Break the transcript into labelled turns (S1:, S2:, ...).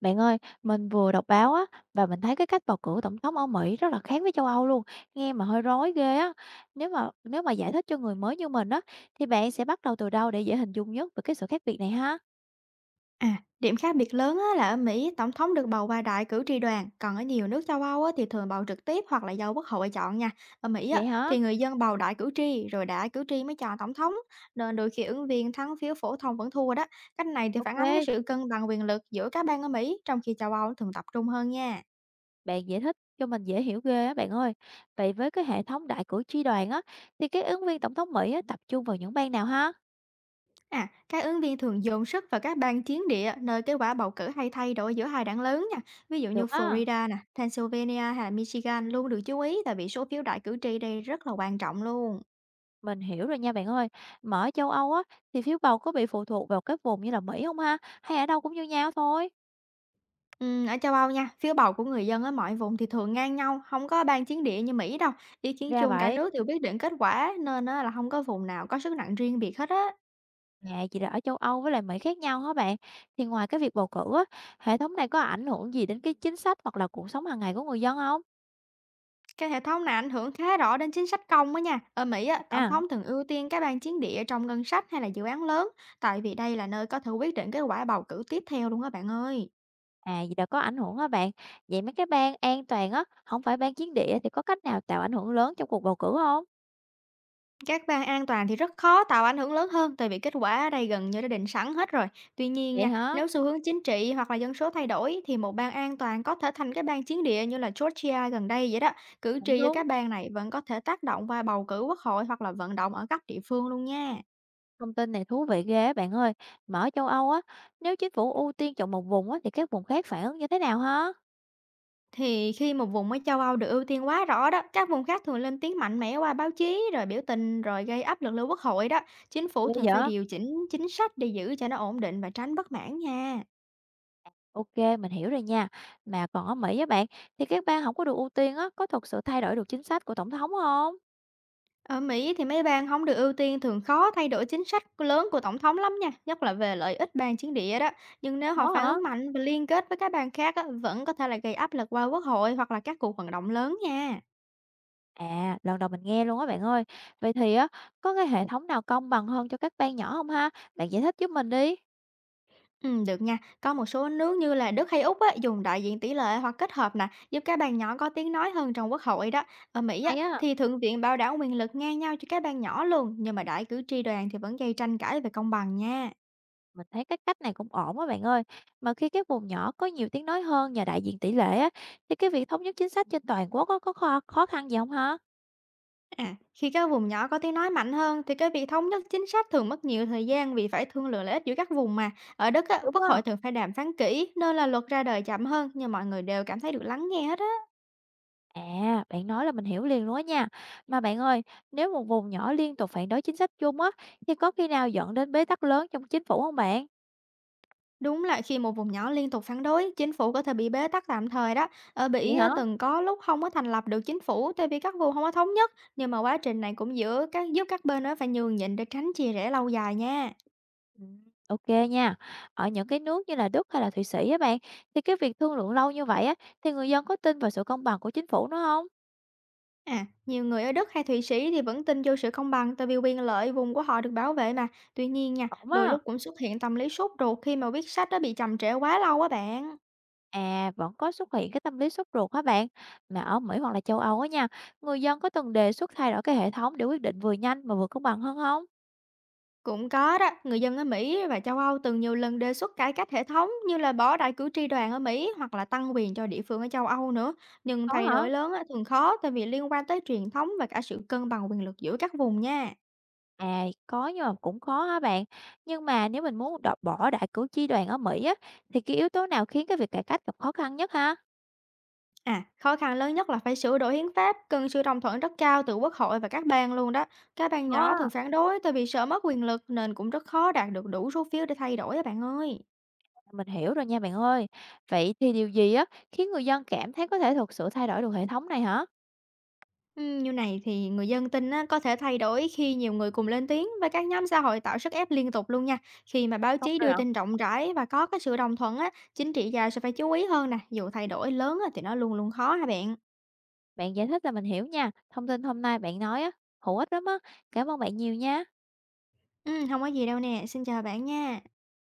S1: Bạn ơi, mình vừa đọc báo á và mình thấy cái cách bầu cử tổng thống ở Mỹ rất là khác với châu Âu luôn, nghe mà hơi rối ghê á. Nếu mà giải thích cho người mới như mình á thì bạn sẽ bắt đầu từ đâu để dễ hình dung nhất về cái sự khác biệt này ha?
S2: À, điểm khác biệt lớn á, là ở Mỹ tổng thống được bầu qua đại cử tri đoàn, còn ở nhiều nước châu Âu á, thì thường bầu trực tiếp hoặc là do quốc hội chọn nha. Ở Mỹ á,
S1: Vậy hả?
S2: thì người dân bầu đại cử tri rồi đại cử tri mới chọn tổng thống, nên đôi khi ứng viên thắng phiếu phổ thông vẫn thua đó. Cách này thì phản ánh cái
S1: Ok,
S2: sự cân bằng quyền lực giữa các bang ở Mỹ, trong khi châu Âu thường tập trung hơn nha.
S1: bạn giải thích cho mình dễ hiểu ghê á bạn ơi. Vậy với cái hệ thống đại cử tri đoàn á thì cái ứng viên tổng thống Mỹ á, tập trung vào những bang nào ha?
S2: À, các ứng viên thường dồn sức vào các bang chiến địa, nơi kết quả bầu cử hay thay đổi giữa hai đảng lớn nha. Ví dụ như
S1: Được á,
S2: Florida nè, Pennsylvania hay là Michigan luôn được chú ý, tại vì số phiếu đại cử tri đây rất là quan trọng luôn.
S1: mình hiểu rồi nha bạn ơi. Mà ở châu Âu á thì phiếu bầu có bị phụ thuộc vào các vùng như là Mỹ không ha? Hay ở đâu cũng như nhau thôi?
S2: Ở châu Âu nha, phiếu bầu của người dân ở mọi vùng thì thường ngang nhau, không có bang chiến địa như Mỹ đâu. Ý kiến
S1: Ra
S2: chung cả
S1: vậy.
S2: nước đều quyết định kết quả, nên á là không có vùng nào có sức nặng riêng biệt hết á.
S1: Dạ, chị là ở châu Âu với lại Mỹ khác nhau hả bạn? Thì ngoài cái việc bầu cử á, hệ thống này có ảnh hưởng gì đến cái chính sách hoặc là cuộc sống hàng ngày của người dân không?
S2: Cái hệ thống này ảnh hưởng khá rõ đến chính sách công đó nha. Ở Mỹ á, tổng
S1: À,
S2: thống thường ưu tiên các bang chiến địa trong ngân sách hay là dự án lớn, tại vì đây là nơi có thể quyết định kết quả bầu cử tiếp theo luôn á bạn ơi.
S1: à, vậy là có ảnh hưởng hả bạn? Vậy mấy cái bang an toàn á, không phải bang chiến địa thì có cách nào tạo ảnh hưởng lớn trong cuộc bầu cử không?
S2: Các bang an toàn thì rất khó tạo ảnh hưởng lớn hơn, tại vì kết quả ở đây gần như đã định sẵn hết rồi. Tuy nhiên
S1: Vậy
S2: nha,
S1: hả?
S2: nếu xu hướng chính trị hoặc là dân số thay đổi thì một bang an toàn có thể thành cái bang chiến địa, như là Georgia gần đây vậy đó. Cử
S1: Cũng
S2: tri ở
S1: đúng,
S2: các bang này vẫn có thể tác động qua bầu cử quốc hội hoặc là vận động ở cấp địa phương luôn nha.
S1: thông tin này thú vị ghê á bạn ơi. Mà ở châu Âu á, nếu chính phủ ưu tiên chọn một vùng á, thì các vùng khác phản ứng như thế nào hả?
S2: Thì khi một vùng ở châu Âu được ưu tiên quá rõ đó, các vùng khác thường lên tiếng mạnh mẽ qua báo chí, rồi biểu tình, rồi gây áp lực lên quốc hội đó. Chính phủ
S1: Ghê
S2: thường phải
S1: vậy?
S2: điều chỉnh chính sách để giữ cho nó ổn định và tránh bất mãn nha.
S1: OK, mình hiểu rồi nha. Mà còn ở Mỹ á bạn, thì các bang không có được ưu tiên á, có thực sự thay đổi được chính sách của tổng thống không?
S2: Ở Mỹ thì mấy bang không được ưu tiên thường khó thay đổi chính sách lớn của tổng thống lắm nha, nhất là về lợi ích bang chiến địa đó. Nhưng nếu họ
S1: Có
S2: phản
S1: hả?
S2: ứng mạnh và liên kết với các bang khác á, vẫn có thể là gây áp lực qua quốc hội hoặc là các cuộc vận động lớn nha.
S1: À, lần đầu mình nghe luôn á bạn ơi. Vậy thì á, có cái hệ thống nào công bằng hơn cho các bang nhỏ không ha? Bạn giải thích giúp mình đi.
S2: Được nha. Có một số nước như là Đức hay Úc á, dùng đại diện tỷ lệ hoặc kết hợp nè, giúp các bang nhỏ có tiếng nói hơn trong quốc hội đó. Ở Mỹ á,
S1: Hay á,
S2: thì thượng viện bảo đảm quyền lực ngang nhau cho các bang nhỏ luôn, nhưng mà đại cử tri đoàn thì vẫn gây tranh cãi về công bằng nha.
S1: mình thấy cái cách này cũng ổn á bạn ơi. Mà khi các vùng nhỏ có nhiều tiếng nói hơn nhờ đại diện tỷ lệ á, thì cái việc thống nhất chính sách trên toàn quốc á, có khó khăn gì không hả?
S2: À, khi các vùng nhỏ có tiếng nói mạnh hơn thì cái việc thống nhất chính sách thường mất nhiều thời gian, vì phải thương lượng lợi ích giữa các vùng mà. Ở Đức á,
S1: Đúng
S2: quốc hội
S1: không?
S2: thường phải đàm phán kỹ, nên là luật ra đời chậm hơn, nhưng mọi người đều cảm thấy được lắng nghe hết á.
S1: À, bạn nói là mình hiểu liền luôn á nha. Mà bạn ơi, nếu một vùng nhỏ liên tục phản đối chính sách chung á, thì có khi nào dẫn đến bế tắc lớn trong chính phủ không bạn?
S2: Đúng là khi một vùng nhỏ liên tục phản đối, chính phủ có thể bị bế tắc tạm thời đó. Ở
S1: Vậy
S2: Bỉ á,
S1: hả?
S2: từng có lúc không có thành lập được chính phủ, tại vì các vùng không có thống nhất, nhưng mà quá trình này cũng giữa các giúp các bên nó phải nhường nhịn để tránh chia rẽ lâu dài nha.
S1: Ừ, Ok nha. Ở những cái nước như là Đức hay là Thụy Sĩ á bạn, thì cái việc thương lượng lâu như vậy á, thì người dân có tin vào sự công bằng của chính phủ nó không?
S2: À, nhiều người ở Đức hay Thụy Sĩ thì vẫn tin vô sự công bằng, tại vì quyền lợi vùng của họ được bảo vệ mà. Tuy nhiên nha,
S1: Không
S2: đôi
S1: á.
S2: lúc cũng xuất hiện tâm lý sốt ruột khi mà viết sách đã bị chậm trễ quá lâu á bạn.
S1: À, vẫn có xuất hiện cái tâm lý sốt ruột hả bạn? Mà ở Mỹ hoặc là châu Âu á nha, người dân có từng đề xuất thay đổi cái hệ thống để quyết định vừa nhanh mà vừa công bằng hơn không?
S2: Cũng có đó, người dân ở Mỹ và châu Âu từng nhiều lần đề xuất cải cách hệ thống, như là bỏ đại cử tri đoàn ở Mỹ hoặc là tăng quyền cho địa phương ở châu Âu nữa. Nhưng
S1: Có
S2: thay
S1: hả?
S2: đổi lớn á, thường khó, tại vì liên quan tới truyền thống và cả sự cân bằng quyền lực giữa các vùng nha.
S1: À, có nhưng mà cũng khó hả bạn? Nhưng mà nếu mình muốn đọt bỏ đại cử tri đoàn ở Mỹ á, thì cái yếu tố nào khiến cái việc cải cách gặp khó khăn nhất ha?
S2: À, khó khăn lớn nhất là phải sửa đổi hiến pháp, cần sự đồng thuận rất cao từ quốc hội và các bang luôn đó. Các bang nhỏ
S1: Có,
S2: thường phản đối tại vì sợ mất quyền lực, nên cũng rất khó đạt được đủ số phiếu để thay đổi á bạn ơi.
S1: mình hiểu rồi nha bạn ơi. Vậy thì điều gì á khiến người dân cảm thấy có thể thực sự thay đổi được hệ thống này hả?
S2: Như này thì người dân tin á, có thể thay đổi khi nhiều người cùng lên tiếng và các nhóm xã hội tạo sức ép liên tục luôn nha. Khi mà báo
S1: Không
S2: chí
S1: rồi
S2: đưa
S1: ạ.
S2: tin rộng rãi và có cái sự đồng thuận á, chính trị gia sẽ phải chú ý hơn nè. Dù thay đổi lớn á, thì nó luôn luôn khó hả bạn.
S1: Bạn giải thích là mình hiểu nha. Thông tin hôm nay bạn nói á, hữu ích lắm á. Cảm ơn bạn nhiều nha.
S2: Ừ, không có gì đâu nè. Xin chào bạn nha.